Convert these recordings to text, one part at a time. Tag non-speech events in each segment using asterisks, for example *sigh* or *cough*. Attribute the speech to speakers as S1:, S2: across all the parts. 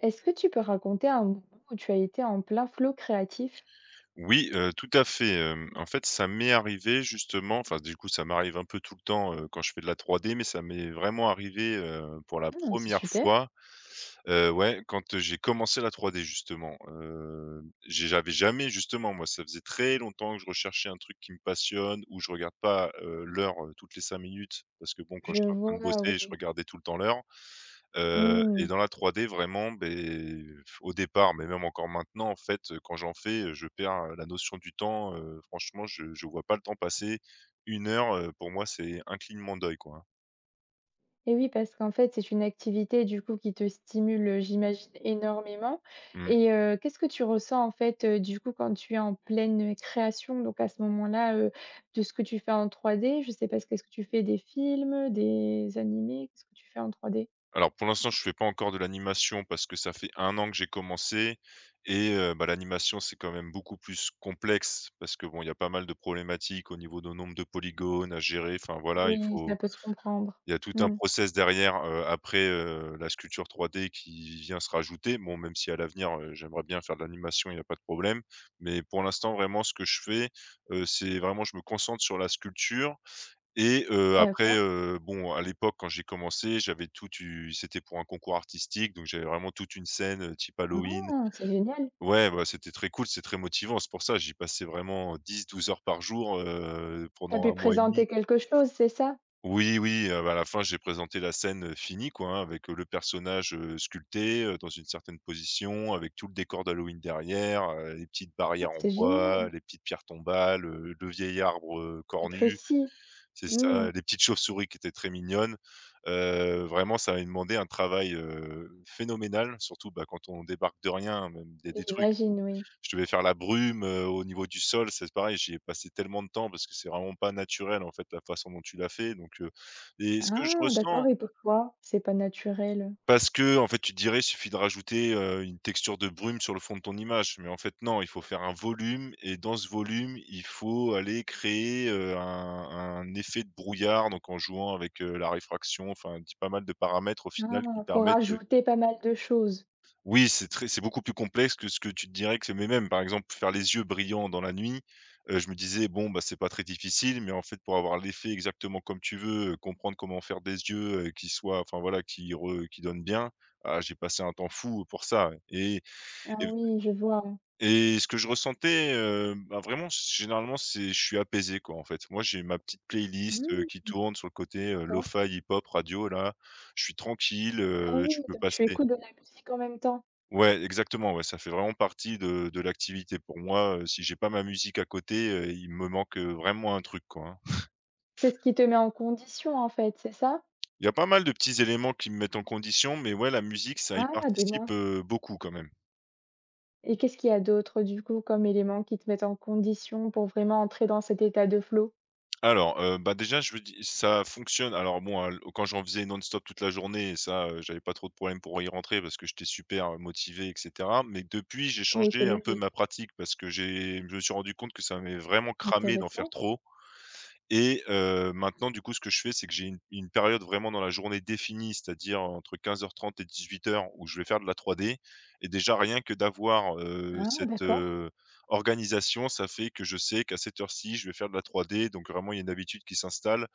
S1: Est-ce que tu peux raconter un moment où tu as été en plein flow créatif?
S2: Oui, tout à fait, en fait, ça m'est arrivé justement, enfin, du coup, ça m'arrive un peu tout le temps, quand je fais de la 3D, mais ça m'est vraiment arrivé, pour la
S1: Ah, c'est
S2: première
S1: super.
S2: fois, ouais, quand j'ai commencé la 3D justement, j'avais jamais justement moi, ça faisait très longtemps que je recherchais un truc qui me passionne, où je regarde pas, l'heure, toutes les 5 minutes parce que bon, quand
S1: Je
S2: je suis en train de
S1: vois,
S2: bosser, je
S1: oui.
S2: regardais tout le temps l'heure. Et
S1: Mmh.
S2: dans la 3D vraiment, beh, au départ, mais même encore maintenant, en fait, quand j'en fais, je perds, la notion du temps, franchement, je vois pas le temps passer. Une heure, pour moi, c'est un clignement d'œil, quoi, hein.
S1: Et oui, parce qu'en fait, c'est une activité du coup qui te stimule, j'imagine énormément
S2: Mmh.
S1: et qu'est-ce que tu ressens en fait, du coup quand tu es en pleine, création donc à ce moment-là, de ce que tu fais en 3D? Je sais pas, ce qu'est-ce que tu fais? Des films, des animés? Qu'est-ce que tu fais en 3D?
S2: Alors pour l'instant, je fais pas encore de l'animation parce que ça fait un an que j'ai commencé. Et bah, l'animation, c'est quand même beaucoup plus complexe parce que, bon, il y a pas mal de problématiques au niveau de nombre de polygones à gérer, enfin voilà,
S1: Oui, ça peut se comprendre.
S2: il y a tout un
S1: Mmh.
S2: process derrière, après, la sculpture 3D qui vient se rajouter. Bon, même si à l'avenir, j'aimerais bien faire de l'animation, il n'y a pas de problème. Mais pour l'instant, vraiment, ce que je fais, c'est vraiment, je me concentre sur la sculpture. Et après,
S1: D'accord.
S2: bon, à l'époque, quand j'ai commencé, j'avais toute u c'était pour un concours artistique, donc j'avais vraiment toute une scène, type Halloween.
S1: Ah! C'est génial.
S2: Ouais, bah, c'était très cool, c'est très motivant. C'est pour ça, j'y passais vraiment 10, 12 heures par jour,
S1: Tu as
S2: pendant
S1: pu
S2: un mois et demi.
S1: présenter quelque chose, c'est ça?
S2: Oui, oui, bah, à la fin, j'ai présenté la scène, finie, quoi, hein, avec, le personnage, sculpté, dans une certaine position, avec tout le décor d'Halloween derrière, les petites
S1: Ah,
S2: barrières en
S1: c'est
S2: bois,
S1: génial,
S2: les petites pierres tombales, le vieil arbre,
S1: c'est
S2: cornu.
S1: précis.
S2: C'est
S1: Mmh.
S2: ça, les petites chauves-souris qui étaient très mignonnes. Vraiment, ça avait demandé un travail, phénoménal, surtout, bah, quand on débarque de rien, hein, même il y a des trucs où
S1: J'imagine, oui.
S2: je devais faire la brume, au niveau du sol. C'est pareil, j'y ai passé tellement de temps parce que c'est vraiment pas naturel, en fait, la façon dont tu l'as fait, donc et ce que je
S1: Ah, d'accord
S2: ressens,
S1: et pourquoi? C'est pas naturel?
S2: parce que en fait, tu te dirais, il suffit de rajouter, une texture de brume sur le fond de ton image. Mais en fait, non, il faut faire un volume et dans ce volume, il faut aller créer, un effet de brouillard, donc en jouant avec, la réfraction, enfin, dis pas mal de paramètres au final qui
S1: Ah, pour
S2: permettent de.
S1: rajouter pas mal de choses.
S2: Oui, c'est beaucoup plus complexe que ce que tu te dirais que c'est, mais même, par exemple, faire les yeux brillants dans la nuit, je me disais: «Bon, bah, c'est pas très difficile», mais en fait, pour avoir l'effet exactement comme tu veux, comprendre comment faire des yeux, qui soient, enfin, voilà, qui donnent bien, ah, j'ai passé un temps fou pour ça. et
S1: Ah
S2: et
S1: oui, je vois.
S2: et ce que je ressentais, bah, vraiment, c généralement, c'est, je suis apaisé, quoi, en fait. Moi, j'ai ma petite playlist,
S1: Mmh,
S2: qui tourne sur le côté,
S1: d'accord.
S2: lo-fi, hip-hop, radio, là. Je suis tranquille,
S1: Ah oui,
S2: je peux
S1: donc
S2: passer.
S1: tu écoutes de la musique en même temps.
S2: Ouais, exactement, ouais, ça fait vraiment partie de l'activité pour moi, si j'ai pas ma musique à côté, il me manque, vraiment un truc, quoi, hein.
S1: C'est ce qui te met en condition, en fait, c'est ça?
S2: Il y a pas mal de petits éléments qui me mettent en condition, mais ouais, la musique, ça y
S1: Ah, dis-moi.
S2: participe, beaucoup quand même.
S1: Et qu'est-ce qu'il y a d'autre, du coup, comme éléments qui te mettent en condition pour vraiment entrer dans cet état de flow?
S2: Alors, bah, déjà, je veux di ça fonctionne alors bon, al quand j'en faisais non-stop toute la journée, ça, j'avais pas trop de problèmes pour y rentrer parce que j'étais super, motivé et cetera, mais depuis, j'ai
S1: Oui, c'est
S2: changé un peu
S1: logique.
S2: ma pratique parce que j'ai je me suis rendu compte que ça m'avait vraiment cramé d'en faire
S1: Intéressant.
S2: trop. Et maintenant, du coup, ce que je fais, c'est que j'ai une période vraiment dans la journée définie, c'est-à-dire entre 15:30 et 18:00 où je vais faire de la 3D. Et déjà, rien que d'avoir,
S1: Ah,
S2: cette,
S1: d'accord.
S2: organisation, ça fait que je sais qu'à cette heure-ci, je vais faire de la 3D, donc vraiment il y a une habitude qui s'installe.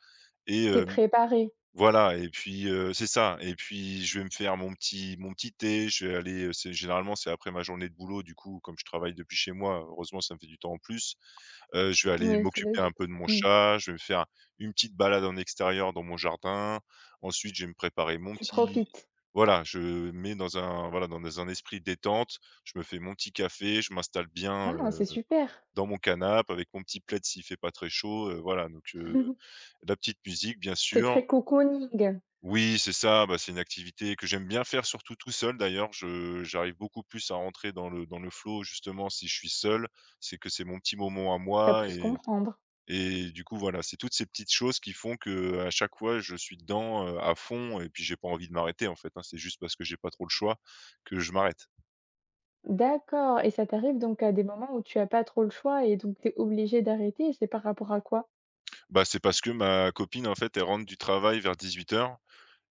S2: Et
S1: T'es préparé.
S2: voilà. Et puis, c'est ça. Et puis je vais me faire mon petit thé, je vais aller, c'est généralement, c'est après ma journée de boulot, du coup, comme je travaille depuis chez moi, heureusement, ça me fait du temps en plus. Je vais aller
S1: Oui, c'est
S2: m'occuper un
S1: logique.
S2: peu de mon
S1: Mmh.
S2: chat, je vais me faire une petite balade en extérieur dans mon jardin. Ensuite, je vais me préparer mon
S1: Tu
S2: petit,
S1: profites.
S2: voilà, je mets dans un, voilà, dans un esprit détente. Je me fais mon petit café, je m'installe bien,
S1: Ah, c'est super.
S2: dans mon canapé avec mon petit plaid s'il fait pas très chaud, voilà, donc,
S1: *laughs*
S2: la petite musique bien
S1: C'est
S2: sûr.
S1: très cocooning.
S2: Oui, c'est ça, bah, c'est une activité que j'aime bien faire surtout tout seul d'ailleurs. Je j'arrive beaucoup plus à rentrer dans le flow justement si je suis seul. C'est que c'est mon petit moment à
S1: Ça
S2: moi.
S1: peut se
S2: et
S1: comprendre.
S2: et du coup, voilà, c'est toutes ces petites choses qui font que à chaque fois, je suis dedans, à fond et puis j'ai pas envie de m'arrêter, en fait, hein. C'est juste parce que j'ai pas trop le choix que je m'arrête.
S1: D'accord et ça t'arrive donc à des moments où tu as pas trop le choix et donc tu es obligée d'arrêter et c'est par rapport à quoi?
S2: Bah, c'est parce que ma copine, en fait, elle rentre du travail vers 18 h.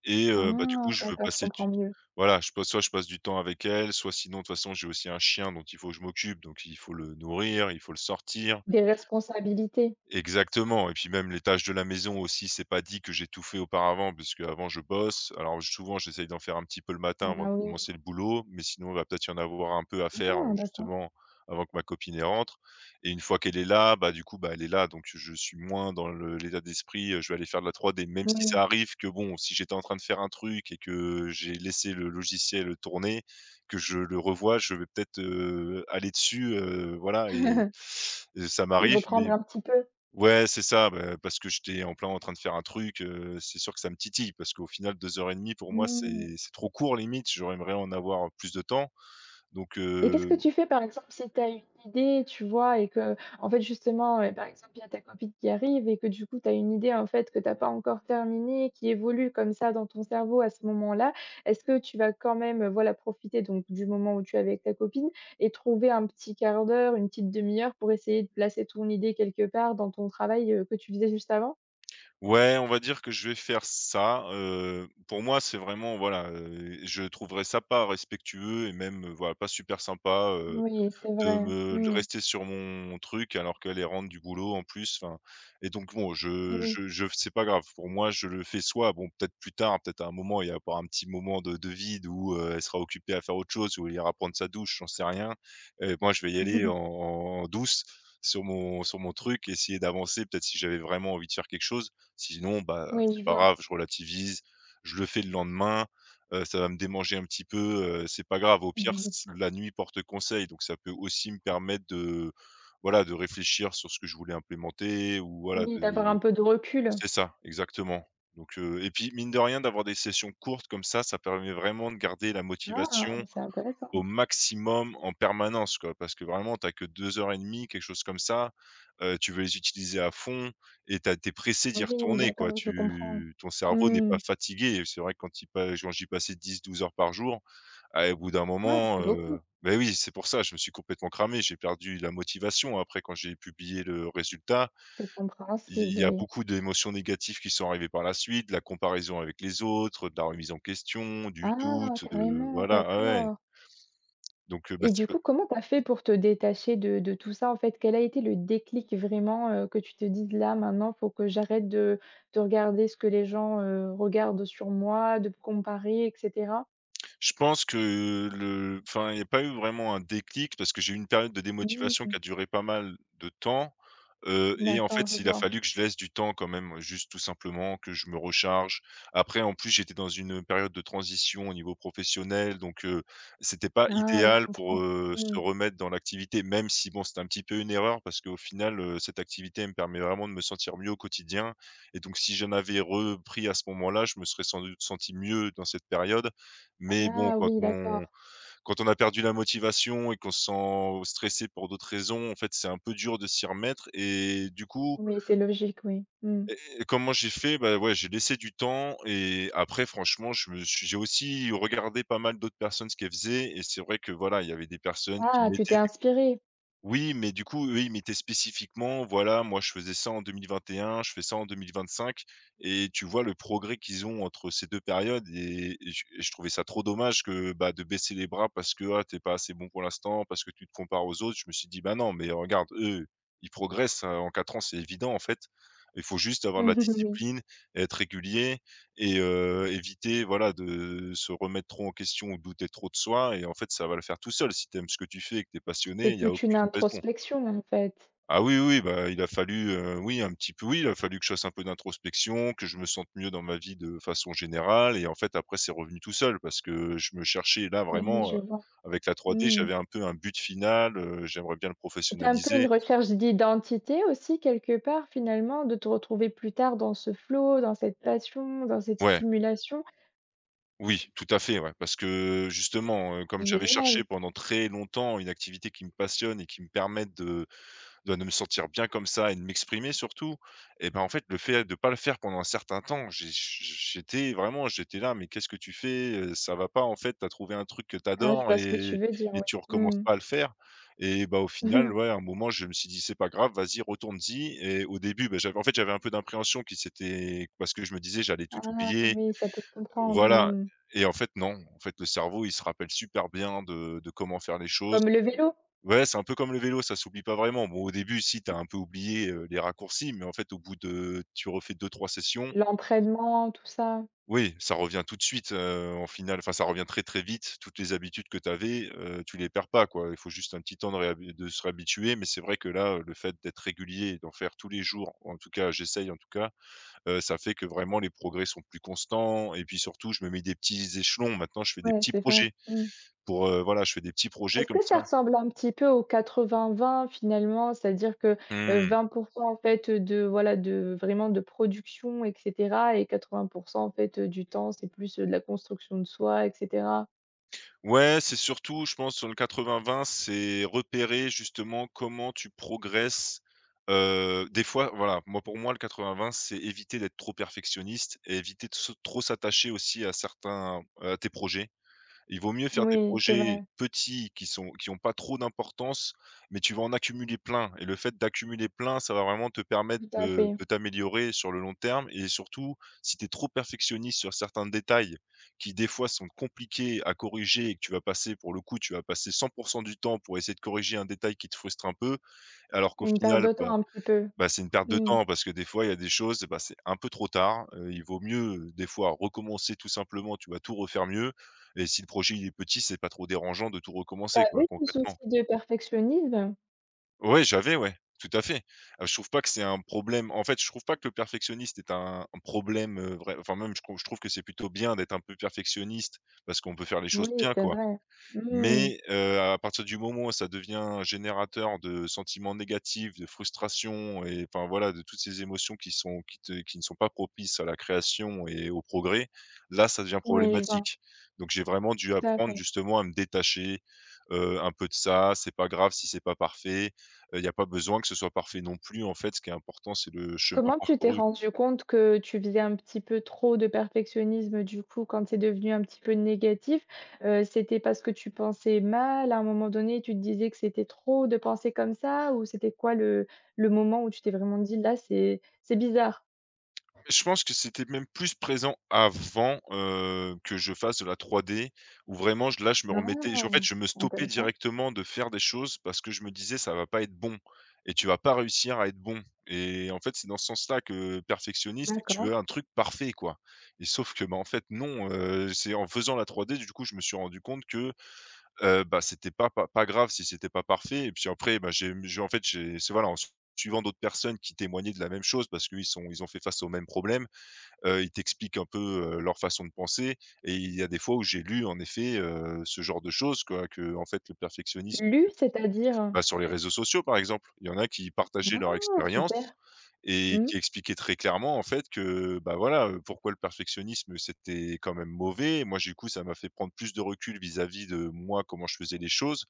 S2: Et bah, du
S1: Ah
S2: coup, je veux
S1: d'accord, je
S2: passer du,
S1: comprends mieux.
S2: voilà, je passe, soit je passe du temps avec elle, soit sinon, de toute façon, j'ai aussi un chien dont il faut que je m'occupe, donc il faut le nourrir, il faut le sortir.
S1: Des responsabilités.
S2: Exactement. Et puis même les tâches de la maison aussi, c'est pas dit que j'ai tout fait auparavant, parce puisqu'avant je bosse. Alors souvent j'essaye d'en faire un petit peu le matin avant
S1: Ah
S2: de
S1: oui.
S2: commencer le boulot, mais sinon il va peut-être y en avoir un peu à faire,
S1: Ah d'accord.
S2: justement avant que ma copine elle rentre. Et une fois qu'elle est là, bah, du coup, bah, elle est là, donc je suis moins dans le l'état d'esprit, je vais aller faire de la 3D. Même si
S1: Oui.
S2: ça arrive que bon, si j'étais en train de faire un truc et que j'ai laissé le logiciel tourner, que je le revois, je vais peut-être, aller dessus, voilà. et
S1: *laughs*
S2: et ça
S1: Et
S2: m'arrive,
S1: reprendre
S2: mais.
S1: un petit peu.
S2: Ouais, c'est ça, bah, parce que j'étais en plein en train de faire un truc, c'est sûr que ça me titille, parce qu'au final, 2 heures et demie, pour moi,
S1: Mmh.
S2: c'est trop court, limite. J'aimerais en avoir plus de temps, donc
S1: Et qu'est-ce que tu fais, par exemple, si tu as une idée, tu vois? Et que, en fait, justement, par exemple, il y a ta copine qui arrive et que, du coup, tu as une idée, en fait, que tu as pas encore terminée, qui évolue comme ça dans ton cerveau à ce moment-là. Est-ce que tu vas quand même, voilà, profiter donc du moment où tu es avec ta copine et trouver un petit quart d'heure, une petite demi heure pour essayer de placer ton idée quelque part dans ton travail, que tu faisais juste avant?
S2: ouais, on va dire que je vais faire ça, pour moi c'est vraiment, voilà, je trouverais ça pas respectueux et même, voilà, pas super sympa,
S1: Oui, c'est
S2: de
S1: vrai.
S2: me de
S1: Mmh.
S2: rester sur mon truc alors qu'elle elle rentre du boulot en plus, enfin. Et donc bon,
S1: Et oui.
S2: je c'est pas grave. Pour moi, je le fais, soit bon, peut-être plus tard, peut-être à un moment, il y a avoir un petit moment de vide où, elle sera occupée à faire autre chose, où elle ira prendre sa douche, j'en sais rien. Et moi, je vais y aller en
S1: *laughs*
S2: en douce sur mon truc, essayer d'avancer peut-être si j'avais vraiment envie de faire quelque chose. Sinon, bah,
S1: Oui,
S2: c'est
S1: je
S2: pas
S1: vois.
S2: grave, je relativise, je le fais le lendemain. Ça va me démanger un petit peu, c'est pas grave. Au pire, c
S1: *laughs*
S2: la nuit porte conseil, donc ça peut aussi me permettre de, voilà, de réfléchir sur ce que je voulais implémenter ou, voilà,
S1: Oui, d'avoir
S2: de.
S1: un peu de recul.
S2: C'est ça, exactement. Donc et puis, mine de rien, d'avoir des sessions courtes comme ça permet vraiment de garder la
S1: Ah!
S2: motivation
S1: C'est intéressant.
S2: au maximum en permanence, quoi, parce que vraiment tu as que 2 heures et demie, quelque chose comme ça. Tu veux les utiliser à fond et tu as es pressé d'y
S1: Oui,
S2: retourner, quoi.
S1: d'accord, je comprends.
S2: Tu ton cerveau n'est
S1: Mmh.
S2: pas fatigué. Et c'est vrai que quand il pa quand j'y passais 10 12 heures par jour, ah au bout d'un
S1: Ah, c'est
S2: moment,
S1: beaucoup.
S2: beh, oui, c'est pour ça, je me suis complètement cramé, j'ai perdu la motivation. Après quand j'ai publié le résultat,
S1: C'est
S2: il
S1: compréhensible,
S2: y a
S1: oui.
S2: beaucoup d'émotions négatives qui sont arrivées par la suite, de la comparaison avec les autres, de la remise en question, du
S1: Ah,
S2: doute, de
S1: carrément,
S2: voilà, ah ouais,
S1: d'accord.
S2: donc bah,
S1: Et
S2: c'est.
S1: du coup, comment tu as fait pour te détacher de tout ça, en fait? Quel a été le déclic vraiment, que tu te dises: «Là, maintenant, faut que j'arrête de regarder ce que les gens, regardent sur moi, de comparer et cetera»?
S2: Je pense que le enfin, il n'y a pas eu vraiment un déclic parce que j'ai eu une période de démotivation
S1: Mmh.
S2: qui a duré pas mal de temps, et en
S1: D'accord, je
S2: fait, il a
S1: vois.
S2: fallu que je laisse du temps quand même, juste tout simplement que je me recharge. Après, en plus, j'étais dans une période de transition au niveau professionnel, donc c'était pas
S1: Ah, je
S2: idéal pour,
S1: comprends. Mmh.
S2: se remettre dans l'activité, même si bon, c'était un petit peu une erreur parce qu'au final, cette activité, elle me permet vraiment de me sentir mieux au quotidien et donc si j'en avais repris à ce moment-là, je me serais sans doute senti mieux dans cette période. Mais bon,
S1: Ah
S2: quand
S1: oui,
S2: on
S1: d'accord.
S2: quand on a perdu la motivation et qu'on se sent stressé pour d'autres raisons, en fait, c'est un peu dur de s'y remettre. et du coup
S1: Oui, c'est logique, oui. Mmh.
S2: et et comment j'ai fait? Bah, ouais, j'ai laissé du temps et après franchement, je me suis j'ai aussi regardé pas mal d'autres personnes, ce qu'elles faisaient et c'est vrai que, voilà, il y avait des personnes qui
S1: Ah, tu t'es
S2: mettaient.
S1: inspirée?
S2: Oui, mais du coup, eux, ils mettaient spécifiquement, voilà, moi je faisais ça en 2021, je fais ça en 2025, et tu vois le progrès qu'ils ont entre ces 2 périodes et je trouvais ça trop dommage que, bah, de baisser les bras parce que, ah, tu pas assez bon pour l'instant, parce que tu te compares aux autres. Je me suis dit: «Bah non, mais regarde, eux, ils progressent, en 4 ans, c'est évident en fait. Il faut juste
S1: *laughs*
S2: avoir de la
S1: Oui.
S2: discipline, être régulier et éviter voilà de se remettre trop en question ou douter trop de soi et en fait, ça va le faire tout seul. Si tu aimes ce que tu fais et que tu es passionné,
S1: C'est
S2: il y a
S1: toute une
S2: aucune raison.»
S1: introspection, en fait.
S2: Ah oui, oui, bah, il a fallu, oui, un petit peu oui, il a fallu que je fasse un peu d'introspection, que je me sente mieux dans ma vie de façon générale et en fait, après, c'est revenu tout seul parce que je me cherchais là
S1: Et oui,
S2: vraiment,
S1: je vois.
S2: avec la 3D,
S1: Mmh.
S2: j'avais un peu un but final, j'aimerais bien le
S1: C'était un peu une
S2: professionnaliser.
S1: recherche d'identité aussi quelque part finalement, de te retrouver plus tard dans ce flow, dans cette passion, dans cette
S2: Ouais.
S1: stimulation.
S2: Oui, tout à fait, ouais, parce que justement, comme j'avais
S1: Génial.
S2: cherché pendant très longtemps une activité qui me passionne et qui me permette de me sentir bien comme ça et de m'exprimer surtout et ben, en fait, le fait de pas le faire pendant un certain temps, j'ai j'étais vraiment j'étais là: «Mais qu'est-ce que tu fais? Ça va pas en fait, t'as trouvé un truc que
S1: Ah, je
S2: t'adores
S1: vois ce que
S2: et
S1: tu veux dire,
S2: et
S1: ouais.
S2: tu recommences
S1: Mmh.
S2: pas à le faire.» Et bah, au final, ouais, à
S1: *laughs*
S2: un moment, je me suis dit: «C'est pas grave, vas-y, retourne-y.» Et au début, bah, j'avais en fait, j'avais un peu d'impréhension qui s'était parce que je me disais: «J'allais tout
S1: Ah
S2: oublier,
S1: oui, ça peut se comprendre.
S2: voilà.»
S1: Mmh.
S2: Et en fait non, en fait, le cerveau, il se rappelle super bien de comment faire les choses.
S1: Comme le vélo,
S2: Ouais, c'est un peu comme le vélo, ça s'oublie pas vraiment. Bon, au début, si, t'as un peu oublié, les raccourcis, mais en fait, au bout de tu refais deux trois sessions,
S1: l'entraînement, tout ça.
S2: oui, ça revient tout de suite, en finale. Enfin, ça revient très, très vite. Toutes les habitudes que t'avais, tu les perds pas, quoi. Il faut juste un petit temps de se réhabituer, mais c'est vrai que là, le fait d'être régulier et d'en faire tous les jours, ou en tout cas, j'essaye en tout cas. Ça fait que vraiment les progrès sont plus constants et puis surtout je me mets des petits échelons. Maintenant je fais des
S1: Ouais,
S2: petits
S1: c'est vrai.
S2: projets
S1: Mmh.
S2: pour, voilà, je fais des petits projets
S1: Est-ce
S2: comme
S1: que ça
S2: ça.
S1: ressemble un petit peu au 80-20 finalement? C'est-à-dire que,
S2: Mmh.
S1: 20% en fait, de voilà, de vraiment de production et cetera et 80% en fait, du temps, c'est plus, de la construction de soi et cetera?
S2: Ouais, c'est surtout je pense sur le 80-20, c'est repérer justement comment tu progresses. Des fois voilà, moi pour moi le 80-20 c'est éviter d'être trop perfectionniste et éviter de se trop s'attacher aussi à tes projets. Il vaut mieux faire des
S1: Oui, c'est
S2: projets
S1: vrai,
S2: petits qui ont pas trop d'importance, mais tu vas en accumuler plein et le fait d'accumuler plein, ça va vraiment te permettre
S1: tout à
S2: de
S1: fait.
S2: de t'améliorer sur le long terme et surtout, si tu es trop perfectionniste sur certains détails qui, des fois, sont compliqués à corriger et que tu vas passer pour le coup, tu vas passer 100 du temps pour essayer de corriger un détail qui te frustre un peu, alors qu'au
S1: Une perte
S2: final,
S1: de temps
S2: bah
S1: un petit peu.
S2: bah, c'est une perte de
S1: Mmh.
S2: temps parce que des fois, il y a des choses, bah, c'est un peu trop tard. Il vaut mieux, des fois recommencer tout simplement, tu vas tout refaire mieux et si le projet il est petit, c'est pas trop dérangeant de tout
S1: Tu
S2: recommencer quoi,
S1: avais ce souci
S2: concrètement.
S1: de perfectionnisme?
S2: Ouais, j'avais, ouais, tout à fait. Je trouve pas que c'est un problème en fait, je trouve pas que le perfectionniste est un problème, vrai enfin même je trouve que c'est plutôt bien d'être un peu perfectionniste parce qu'on peut faire les choses
S1: Oui,
S2: bien,
S1: c'est
S2: quoi.
S1: vrai. Mmh.
S2: Mais à partir du moment où ça devient un générateur de sentiments négatifs, de frustration et enfin voilà, de toutes ces émotions qui ne sont pas propices à la création et au progrès, là, ça devient
S1: Oui, je vois,
S2: problématique. Donc j'ai vraiment dû
S1: tout à
S2: apprendre
S1: fait.
S2: justement à me détacher, un peu de ça. C'est pas grave si c'est pas parfait, il n'y a pas besoin que ce soit parfait non plus en fait. Ce qui est important, c'est le chemin
S1: Comment tu t'es
S2: parcouru.
S1: rendu compte que tu faisais un petit peu trop de perfectionnisme, du coup, quand c'est devenu un petit peu négatif? C'était parce que tu pensais mal, à un moment donné, tu te disais que c'était trop de penser comme ça? Ou c'était quoi le moment où tu t'es vraiment dit: «Là, c'est bizarre»?
S2: Je pense que c'était même plus présent avant, que je fasse de la 3D où vraiment je là, je me remettais je
S1: Ah!
S2: en fait, je me stoppais
S1: Intéressant.
S2: directement de faire des choses parce que je me disais: «Ça va pas être bon et tu vas pas réussir à être bon» et en fait, c'est dans ce sens-là que perfectionniste et que tu veux
S1: D'accord.
S2: un truc parfait, quoi et sauf que, bah, en fait, non, c'est en faisant la 3D, du coup, je me suis rendu compte que, bah, c'était pas grave si c'était pas parfait et puis après, bah, j'ai en fait, j'ai c'est voilà, en suivant d'autres personnes qui témoignaient de la même chose parce qu'ils ont fait face aux mêmes problèmes. Ils t'expliquent un peu, leur façon de penser et il y a des fois où j'ai lu en effet, ce genre de choses quoi, que en fait le perfectionnisme
S1: Lu, c'est-à-dire?
S2: bah, sur les réseaux sociaux par exemple, il y en a qui partageaient leur
S1: Ah!
S2: expérience
S1: Super.
S2: et
S1: Mmh.
S2: qui expliquait très clairement, en fait, que, bah, voilà, pourquoi le perfectionnisme, c'était quand même mauvais. Et moi, du coup, ça m'a fait prendre plus de recul vis-à-vis de moi, comment je faisais les choses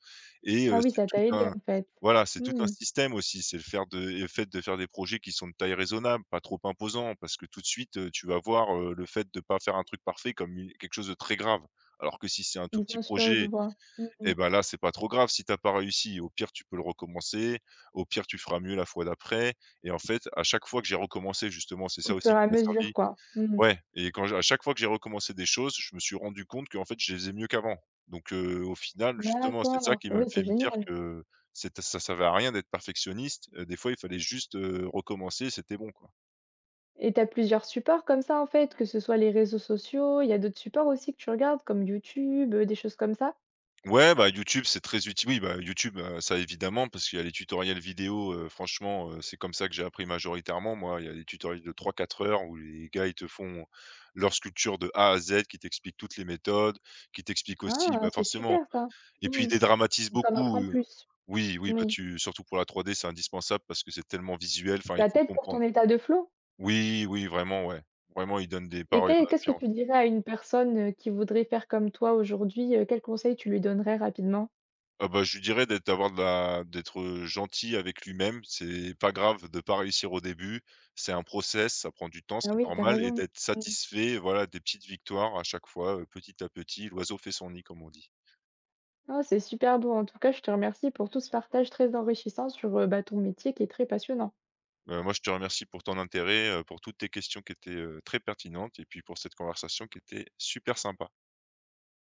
S2: et
S1: Ah oui,
S2: c'est
S1: ça
S2: tout
S1: t'a aidé,
S2: un
S1: en fait.
S2: voilà, c'est tout un
S1: Mmh.
S2: système aussi. C'est le fait de faire des projets qui sont de taille raisonnable, pas trop imposants, parce que tout de suite, tu vas voir, le fait de pas faire un truc parfait comme u quelque chose de très grave. Alors que si c'est un tout petit
S1: Bien sûr, je
S2: projet
S1: vois. Mmh.
S2: et ben là, c'est pas trop grave si t'as pas réussi. Au pire, tu peux le recommencer. Au pire, tu feras mieux la fois d'après et en fait, à chaque fois que j'ai recommencé justement, c'est
S1: Au
S2: ça
S1: fur
S2: aussi
S1: et
S2: qui
S1: à
S2: m'a
S1: mesure,
S2: servi,
S1: quoi. Mmh.
S2: ouais. Et quand j'ai à chaque fois que j'ai recommencé des choses, je me suis rendu compte qu'en fait, je les faisais mieux qu'avant. Donc au final, justement, c'est ça
S1: D'accord.
S2: qui m'a
S1: Oui, c'est
S2: fait me dire
S1: génial.
S2: que c'était ça ne servait à rien d'être perfectionniste. Des fois, il fallait juste, recommencer, c'était bon, quoi.
S1: Et tu as plusieurs supports comme ça, en fait, que ce soit les réseaux sociaux, il y a d'autres supports aussi que tu regardes comme YouTube, des choses comme ça?
S2: Ouais, bah, YouTube, c'est très utile. Oui, bah, YouTube, ça évidemment, parce qu'il y a les tutoriels vidéo, franchement, c'est comme ça que j'ai appris majoritairement, moi. Il y a des tutoriels de trois quatre heures où les gars, ils te font leur sculpture de A à Z, qui t'expliquent toutes les méthodes, qui t'expliquent aussi
S1: Ah,
S2: bah,
S1: c'est
S2: forcément
S1: super ça.
S2: et puis ils
S1: Mmh.
S2: dédramatisent
S1: Tu en
S2: beaucoup,
S1: apprends plus.
S2: oui, oui, bah,
S1: Oui.
S2: tu surtout pour la 3D, c'est indispensable parce que c'est tellement visuel, enfin, il
S1: Ça
S2: faut
S1: t'aide pour
S2: comprendre.
S1: ton état de flow
S2: Oui, oui, vraiment, ouais. Vraiment, ils donnent des
S1: et
S2: paroles
S1: qu'est-ce que
S2: inspirantes.
S1: tu dirais à une personne, qui voudrait faire comme toi aujourd'hui, quel conseil tu lui donnerais rapidement?
S2: Ah bah, je lui dirais d'être d'avoir de la d'être, gentil avec lui-même. C'est pas grave de pas réussir au début. C'est un process, ça prend du temps,
S1: Ah
S2: c'est
S1: oui, t'as
S2: normal et
S1: raison.
S2: d'être
S1: Mmh.
S2: satisfait, voilà, des petites victoires à chaque fois, petit à petit. L'oiseau fait son nid, comme on dit.
S1: Ah, c'est super beau. En tout cas, je te remercie pour tout ce partage très enrichissant sur bah, ton métier qui est très passionnant.
S2: Moi, je te remercie pour ton intérêt, pour toutes tes questions qui étaient, très pertinentes et puis pour cette conversation qui était super sympa.